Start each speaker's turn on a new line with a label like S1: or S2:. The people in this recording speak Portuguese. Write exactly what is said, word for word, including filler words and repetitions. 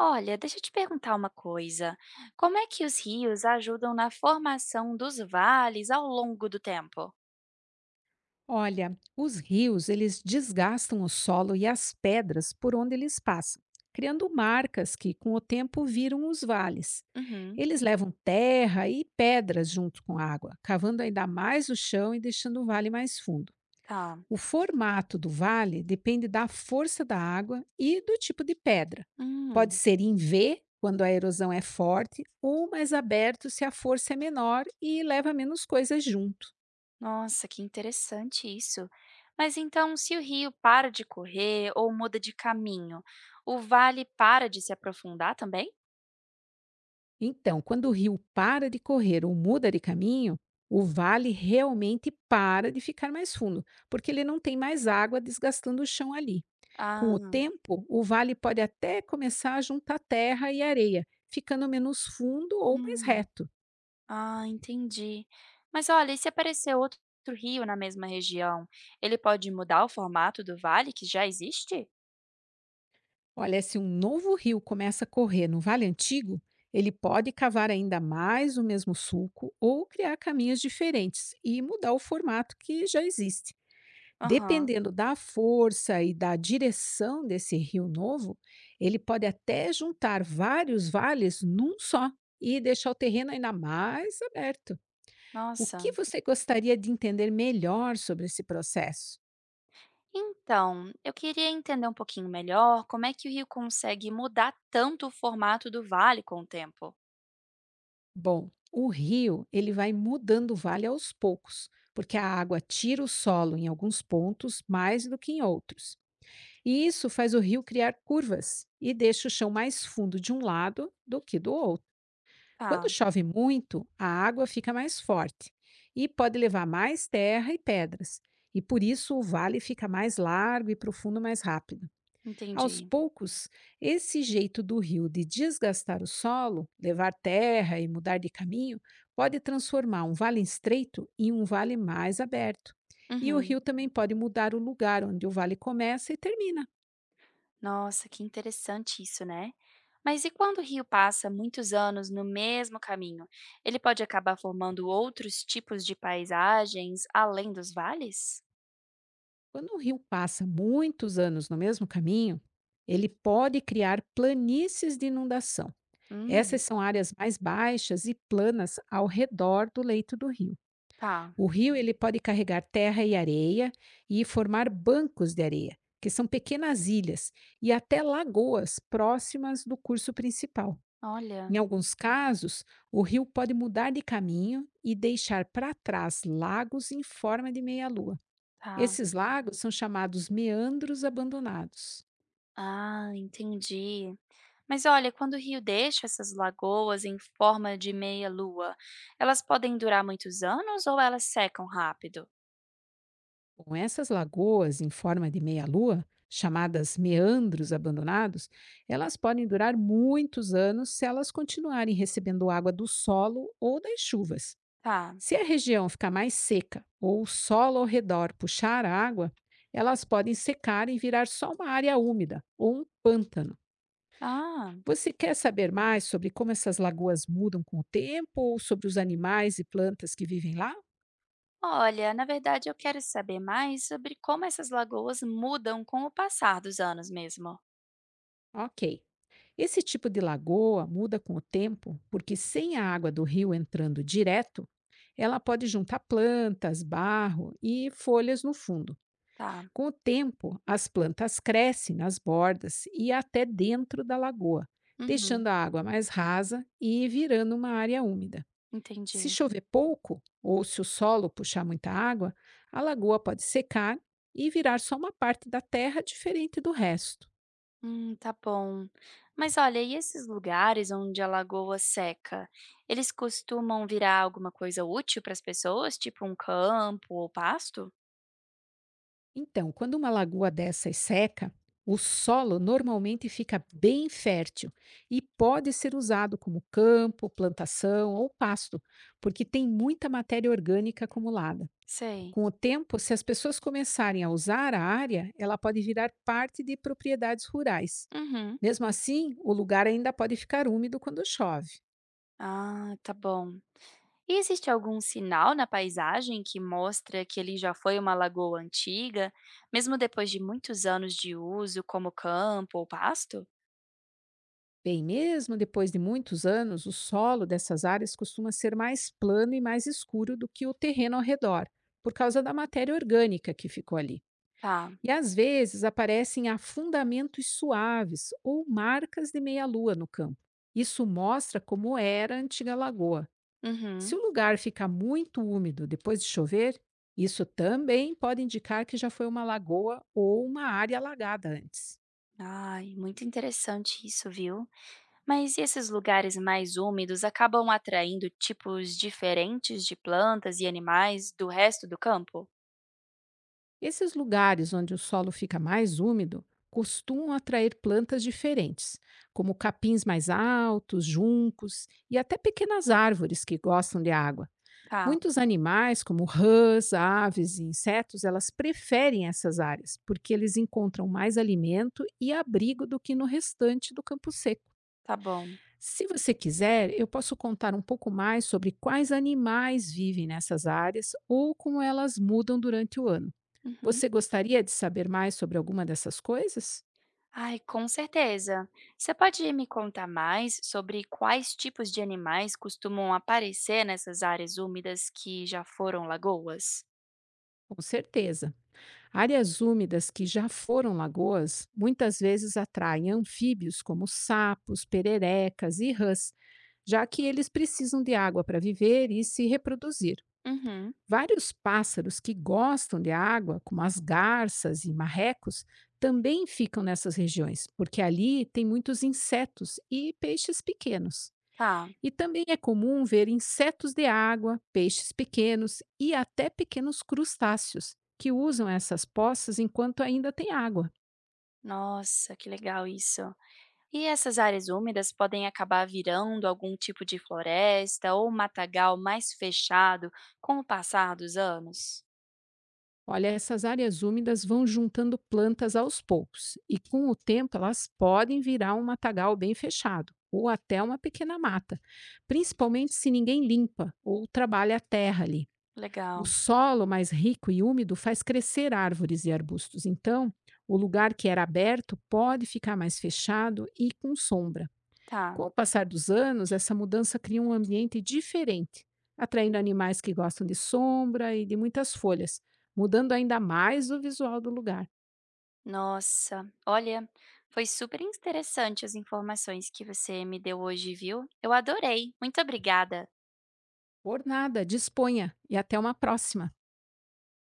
S1: Olha, deixa eu te perguntar uma coisa. Como é que os rios ajudam na formação dos vales ao longo do tempo?
S2: Olha, os rios, eles desgastam o solo e as pedras por onde eles passam, criando marcas que com o tempo viram os vales.
S1: Uhum,
S2: Eles levam terra e pedras junto com a água, cavando ainda mais o chão e deixando o vale mais fundo.
S1: tá.
S2: O formato do vale depende da força da água e do tipo de pedra. Pode
S1: Hum,
S2: ser em vê, quando a erosão é forte, ou mais aberto se a força é menor e leva menos coisas junto.
S1: nossa, que interessante isso. Mas então, se o rio para de correr ou muda de caminho, o vale para de se aprofundar também?
S2: Então, quando o rio para de correr ou muda de caminho, o vale realmente para de ficar mais fundo, porque ele não tem mais água desgastando o chão ali. Com o
S1: Ah,
S2: tempo, o vale pode até começar a juntar terra e areia, ficando menos fundo ou mais
S1: hum,
S2: reto.
S1: ah, entendi. Mas olha, e se aparecer outro rio na mesma região, ele pode mudar o formato do vale que já existe?
S2: Olha, se um novo rio começa a correr no vale antigo, ele pode cavar ainda mais o mesmo sulco ou criar caminhos diferentes e mudar o formato que já existe.
S1: Aham,
S2: Dependendo da força e da direção desse rio novo, ele pode até juntar vários vales num só e deixar o terreno ainda mais aberto. O
S1: nossa.
S2: que você gostaria de entender melhor sobre esse processo?
S1: Então, eu queria entender um pouquinho melhor como é que o rio consegue mudar tanto o formato do vale com o tempo.
S2: Bom, o rio ele vai mudando o vale aos poucos, porque a água tira o solo em alguns pontos mais do que em outros. E isso faz o rio criar curvas e deixa o chão mais fundo de um lado do que do outro. Quando
S1: Tá,
S2: chove muito, a água fica mais forte e pode levar mais terra e pedras, e por isso o vale fica mais largo e profundo mais rápido. Aos
S1: entendi.
S2: poucos, esse jeito do rio de desgastar o solo, levar terra e mudar de caminho, pode transformar um vale estreito em um vale mais aberto. E o
S1: Uhum.
S2: rio também pode mudar o lugar onde o vale começa e termina.
S1: Nossa, que interessante isso, né? Mas e quando o rio passa muitos anos no mesmo caminho? Ele pode acabar formando outros tipos de paisagens além dos vales?
S2: Quando o rio passa muitos anos no mesmo caminho, ele pode criar planícies de inundação.
S1: Hum,
S2: Essas são áreas mais baixas e planas ao redor do leito do rio.
S1: tá.
S2: O rio ele pode carregar terra e areia e formar bancos de areia, que são pequenas ilhas e até lagoas próximas do curso principal. Em
S1: Olha,
S2: alguns casos, o rio pode mudar de caminho e deixar para trás lagos em forma de meia-lua.
S1: tá.
S2: Esses lagos são chamados meandros abandonados.
S1: Ah, entendi. Mas olha, quando o rio deixa essas lagoas em forma de meia-lua, elas podem durar muitos anos ou elas secam rápido?
S2: Com essas lagoas em forma de meia-lua, chamadas meandros abandonados, elas podem durar muitos anos se elas continuarem recebendo água do solo ou das chuvas.
S1: Tá.
S2: Se a região ficar mais seca ou o solo ao redor puxar a água, elas podem secar e virar só uma área úmida ou um pântano.
S1: Ah,
S2: Você quer saber mais sobre como essas lagoas mudam com o tempo ou sobre os animais e plantas que vivem lá?
S1: olha, na verdade eu quero saber mais sobre como essas lagoas mudam com o passar dos anos mesmo.
S2: Ok. Esse tipo de lagoa muda com o tempo, porque sem a água do rio entrando direto, ela pode juntar plantas, barro e folhas no fundo.
S1: Tá.
S2: Com o tempo, as plantas crescem nas bordas e até dentro da lagoa,
S1: Uhum,
S2: deixando a água mais rasa e virando uma área úmida. Se
S1: entendi.
S2: chover pouco ou se o solo puxar muita água, a lagoa pode secar e virar só uma parte da terra diferente do resto.
S1: Hum, tá bom. Mas olha, e esses lugares onde a lagoa seca, eles costumam virar alguma coisa útil para as pessoas, tipo um campo ou pasto?
S2: Então, quando uma lagoa dessas seca, o solo normalmente fica bem fértil e pode ser usado como campo, plantação ou pasto, porque tem muita matéria orgânica acumulada.
S1: Sei.
S2: Com o tempo, se as pessoas começarem a usar a área, ela pode virar parte de propriedades rurais.
S1: Uhum.
S2: Mesmo assim, o lugar ainda pode ficar úmido quando chove.
S1: Ah, tá bom. E existe algum sinal na paisagem que mostra que ele já foi uma lagoa antiga, mesmo depois de muitos anos de uso, como campo ou pasto?
S2: Bem, mesmo depois de muitos anos, o solo dessas áreas costuma ser mais plano e mais escuro do que o terreno ao redor, por causa da matéria orgânica que ficou ali.
S1: Tá.
S2: E às vezes aparecem afundamentos suaves ou marcas de meia-lua no campo. Isso mostra como era a antiga lagoa. Se
S1: Uhum.
S2: o lugar fica muito úmido depois de chover, isso também pode indicar que já foi uma lagoa ou uma área alagada antes.
S1: Ai, muito interessante isso, viu? Mas e esses lugares mais úmidos acabam atraindo tipos diferentes de plantas e animais do resto do campo?
S2: Esses lugares onde o solo fica mais úmido costumam atrair plantas diferentes, como capins mais altos, juncos e até pequenas árvores que gostam de água.
S1: Tá,
S2: Muitos animais, como rãs, aves e insetos, elas preferem essas áreas porque eles encontram mais alimento e abrigo do que no restante do campo seco.
S1: tá bom.
S2: Se você quiser, eu posso contar um pouco mais sobre quais animais vivem nessas áreas ou como elas mudam durante o ano.
S1: Uhum.
S2: Você gostaria de saber mais sobre alguma dessas coisas?
S1: Ai, com certeza. Você pode me contar mais sobre quais tipos de animais costumam aparecer nessas áreas úmidas que já foram lagoas?
S2: Com certeza. Áreas úmidas que já foram lagoas muitas vezes atraem anfíbios como sapos, pererecas e rãs, já que eles precisam de água para viver e se reproduzir.
S1: Uhum,
S2: Vários pássaros que gostam de água, como as garças e marrecos, também ficam nessas regiões, porque ali tem muitos insetos e peixes pequenos.
S1: tá.
S2: E também é comum ver insetos de água, peixes pequenos e até pequenos crustáceos, que usam essas poças enquanto ainda tem água.
S1: Nossa, que legal isso. E essas áreas úmidas podem acabar virando algum tipo de floresta ou matagal mais fechado com o passar dos anos?
S2: Olha, essas áreas úmidas vão juntando plantas aos poucos, e com o tempo elas podem virar um matagal bem fechado, ou até uma pequena mata, principalmente se ninguém limpa ou trabalha a terra ali. O
S1: Legal,
S2: solo mais rico e úmido faz crescer árvores e arbustos, então o lugar que era aberto pode ficar mais fechado e com sombra.
S1: tá.
S2: Com o passar dos anos, essa mudança cria um ambiente diferente, atraindo animais que gostam de sombra e de muitas folhas, mudando ainda mais o visual do lugar.
S1: Nossa, olha, foi super interessante as informações que você me deu hoje, viu? Eu adorei. Muito obrigada.
S2: Por nada, disponha e até uma próxima!